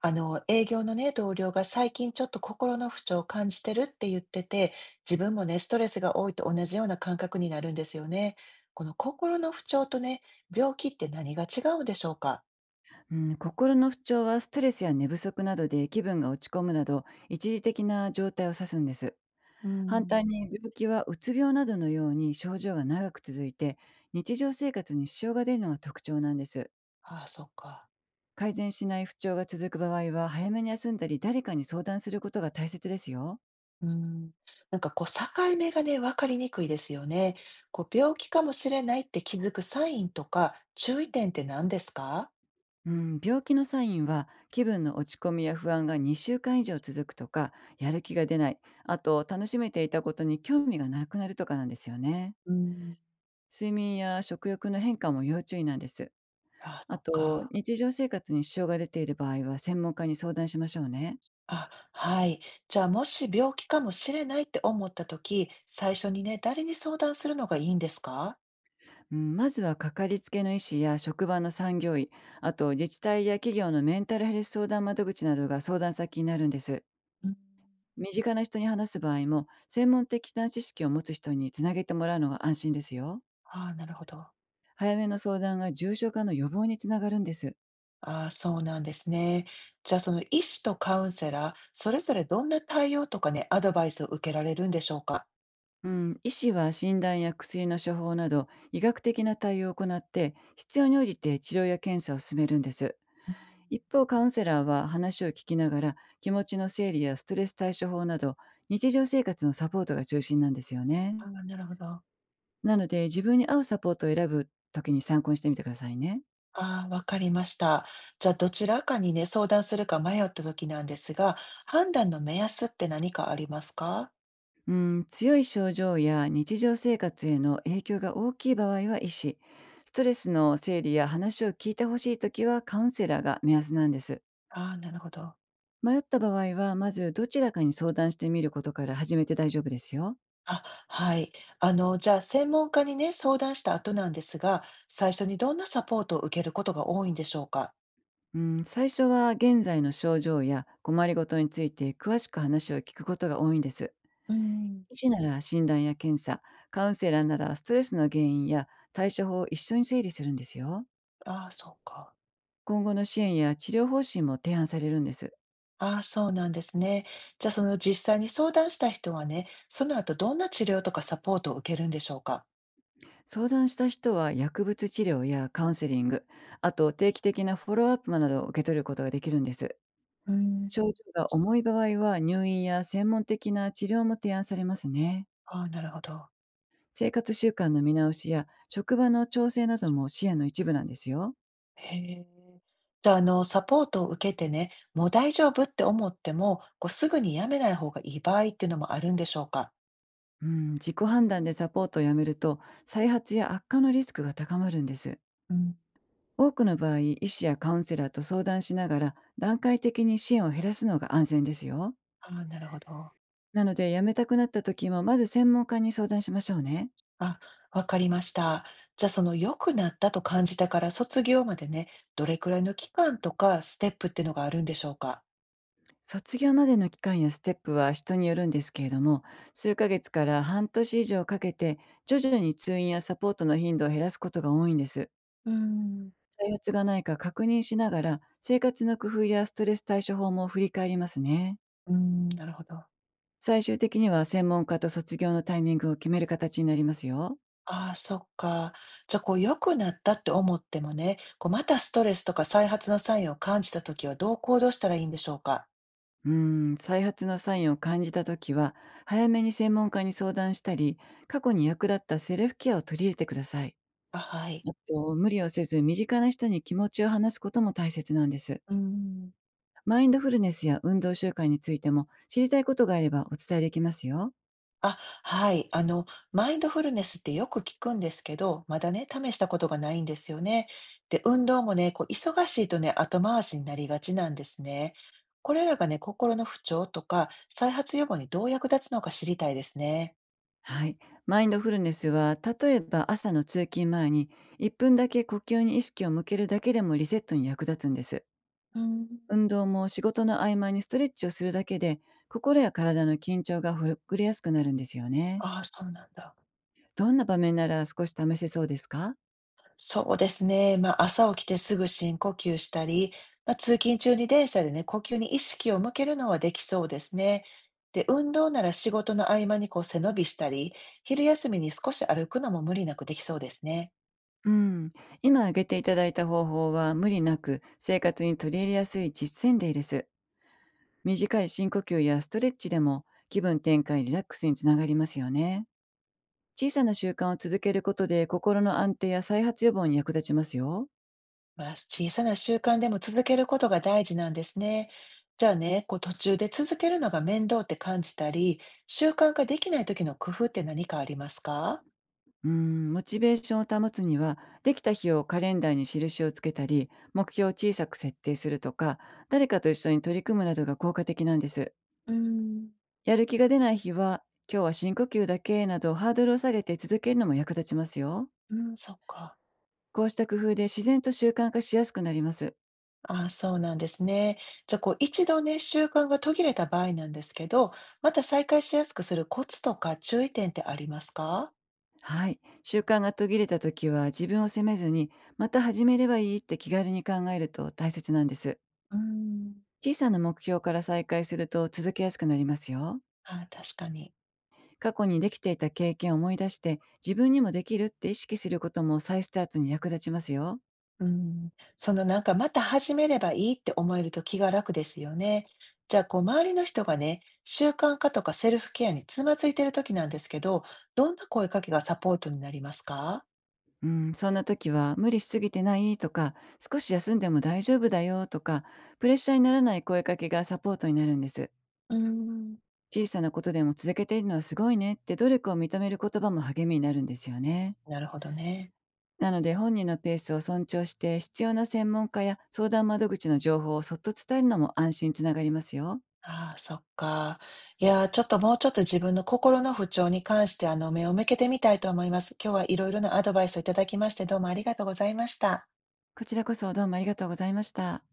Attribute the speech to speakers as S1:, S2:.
S1: 営業のね、同僚が最近ちょっと心の不調を感じてるって言ってて、自分もね、ストレスが多いと同じような感覚になるんですよね。この心の不調とね、病気って何が違うんでしょうか？
S2: うん、心の不調はストレスや寝不足などで気分が落ち込むなど一時的な状態を指すんです。
S1: う
S2: 反対
S1: ん、
S2: に病気はうつ病などのように症状が長く続いて日常生活に支障が出るのが特徴なんです。
S1: ああ、そっか。
S2: 改善しない不調が続く場合は早めに休んだり誰かに相談することが大切ですよ。
S1: うん。なんかこう、境目がね、わかりにくいですよね。こう、病気かもしれないって気づくサインとか、注意点って何ですか？
S2: うん、病気のサインは気分の落ち込みや不安が2週間以上続くとか、やる気が出ない、あと楽しめていたことに興味がなくなるとかなんですよね。
S1: うん。
S2: 睡眠や食欲の変化も要注意なんです。
S1: ああ、そ
S2: あ
S1: っ
S2: と、
S1: か。
S2: 日常生活に支障が出ている場合は、専門家に相談しましょうね。
S1: あ、はい。じゃあ、もし病気かもしれないって思ったとき、最初にね、誰に相談するのがいいんですか？
S2: うん、まずは、かかりつけの医師や職場の産業医、あと自治体や企業のメンタルヘルス相談窓口などが相談先になるんです。
S1: うん、
S2: 身近な人に話す場合も、専門的な知識を持つ人につなげてもらうのが安心ですよ。
S1: ああ、なるほど。
S2: 早めの相談が重症化の予防につながるんです。
S1: ああ、そうなんですね。じゃあ、その医師とカウンセラー、それぞれどんな対応とかね、アドバイスを受けられるんでしょうか？
S2: うん、医師は診断や薬の処方など医学的な対応を行って、必要に応じて治療や検査を進めるんです。
S1: うん。
S2: 一方カウンセラーは話を聞きながら気持ちの整理やストレス対処法など日常生活のサポートが中心なんですよね。
S1: ああ、なるほど。
S2: なので自分に合うサポートを選ぶ時に参考にしてみてくださいね。
S1: ああ、わかりました。じゃあ、どちらかにね、相談するか迷ったときなんですが、判断の目安って何かありますか？
S2: うん、強い症状や日常生活への影響が大きい場合は医師、ストレスの整理や話を聞いてほしい時はカウンセラーが目安なんです。
S1: ああ、なるほど。
S2: 迷った場合は、まずどちらかに相談してみることから始めて大丈夫ですよ。
S1: あ、はい。じゃあ、専門家にね、相談した後なんですが、最初にどんなサポートを受けることが多いんでしょうか？
S2: うん、最初は現在の症状や困りごとについて詳しく話を聞くことが多いんです。
S1: うん。
S2: 医師なら診断や検査、カウンセラーならストレスの原因や対処法を一緒に整理するんですよ。
S1: ああ、そうか。
S2: 今後の支援や治療方針も提案されるんです。
S1: ああ、そうなんですね。じゃあ、その実際に相談した人はね、その後どんな治療とかサポートを受けるんでしょうか？
S2: 相談した人は薬物治療やカウンセリング、あと定期的なフォローアップなどを受け取ることができるんです。
S1: うん。
S2: 症状が重い場合は入院や専門的な治療も提案されますね。
S1: ああ、なるほど。
S2: 生活習慣の見直しや職場の調整なども視野の一部なんですよ。
S1: へえ。じゃあ、サポートを受けてね、もう大丈夫って思っても、こうすぐにやめない方がいい場合っていうのもあるんでしょうか？
S2: うん、自己判断でサポートをやめると再発や悪化のリスクが高まるんです。
S1: うん。
S2: 多くの場合、医師やカウンセラーと相談しながら段階的に支援を減らすのが安全ですよ。
S1: ああ、なるほど。
S2: なので、辞めたくなった時もまず専門家に相談しましょうね。
S1: あ、わかりました。じゃあ、その良くなったと感じたから卒業までね、どれくらいの期間とかステップっていうのがあるんでしょうか？
S2: 卒業までの期間やステップは人によるんですけれども、数ヶ月から半年以上かけて徐々に通院やサポートの頻度を減らすことが多いんです。
S1: うーん。
S2: 再発がないか確認しながら生活の工夫やストレス対処法も振り返りますね。
S1: うーん、なるほど。
S2: 最終的には専門家と卒業のタイミングを決める形になりますよ。
S1: ああ、そっか。じゃ、あこう良くなったって思ってもね、こうまたストレスとか再発のサインを感じた時はどう行動したらいいんでしょうか？
S2: うー再発のサインを感じた時は、早めに専門家に相談したり過去に役立ったセルフケアを取り入れてください。
S1: あ、はい。
S2: あと、無理をせず身近な人に気持ちを話すことも大切なんです。
S1: うーん。
S2: マインドフルネスや運動習慣についても知りたいことがあればお伝えできますよ。
S1: あ、はい。マインドフルネスってよく聞くんですけど、まだね、試したことがないんですよね。で、運動もね、こう、忙しいとね、後回しになりがちなんですね。これらがね、心の不調とか、再発予防にどう役立つのか知りたいですね。
S2: はい。マインドフルネスは、例えば朝の通勤前に1分だけ呼吸に意識を向けるだけでもリセットに役立つんです。
S1: うん。
S2: 運動も仕事の合間にストレッチをするだけで、心や体の緊張がほぐれやすくなるんですよね。
S1: ああ、そうなんだ。
S2: どんな場面なら少し試せそうですか？
S1: そうですね。まあ、朝起きてすぐ深呼吸したり、まあ、通勤中に電車でね、呼吸に意識を向けるのはできそうですね。で、運動なら仕事の合間にこう背伸びしたり、昼休みに少し歩くのも無理なくできそうですね。
S2: うん、今挙げていただいた方法は無理なく生活に取り入れやすい実践例です。短い深呼吸やストレッチでも気分転換リラックスにつながりますよね。小さな習慣を続けることで心の安定や再発予防に役立ちますよ。
S1: まあ、小さな習慣でも続けることが大事なんですね。じゃあね、こう途中で続けるのが面倒って感じたり、習慣化できない時の工夫って何かありますか？
S2: うん、モチベーションを保つにはできた日をカレンダーに印をつけたり、目標を小さく設定するとか、誰かと一緒に取り組むなどが効果的なんです。
S1: うーん。
S2: やる気が出ない日は、今日は深呼吸だけなどハードルを下げて続けるのも役立ちますよ。
S1: うん、そっか。
S2: こうした工夫で自然と習慣化しやすくなります。
S1: ああ、そうなんですね。じゃあ、こう、一度ね、習慣が途切れた場合なんですけど、また再開しやすくするコツとか注意点ってありますか？
S2: はい。習慣が途切れた時は自分を責めずに、また始めればいいって気軽に考えると大切なんです。
S1: うーん、
S2: 小さな目標から再開すると続けやすくなりますよ。
S1: ああ、確かに。
S2: 過去にできていた経験を思い出して、自分にもできるって意識することも再スタートに役立ちますよ。
S1: うん。そのなんか、また始めればいいって思えると気が楽ですよね。じゃあ、こう、周りの人がね、習慣化とかセルフケアにつまずいてる時なんですけど、どんな声かけがサポートになりますか？
S2: うん、そんな時は無理しすぎてないとか、少し休んでも大丈夫だよとか、プレッシャーにならない声かけがサポートになるんです。
S1: うーん。
S2: 小さなことでも続けているのはすごいねって努力を認める言葉も励みになるんですよね。
S1: なるほどね。
S2: なので本人のペースを尊重して必要な専門家や相談窓口の情報をそっと伝えるのも安心につながりますよ。
S1: ああ、そっか。いやー、ちょっともうちょっと自分の心の不調に関して、目を向けてみたいと思います。今日は色々なアドバイスをいただきまして、どうもありがとうございました。
S2: こちらこそどうもありがとうございました。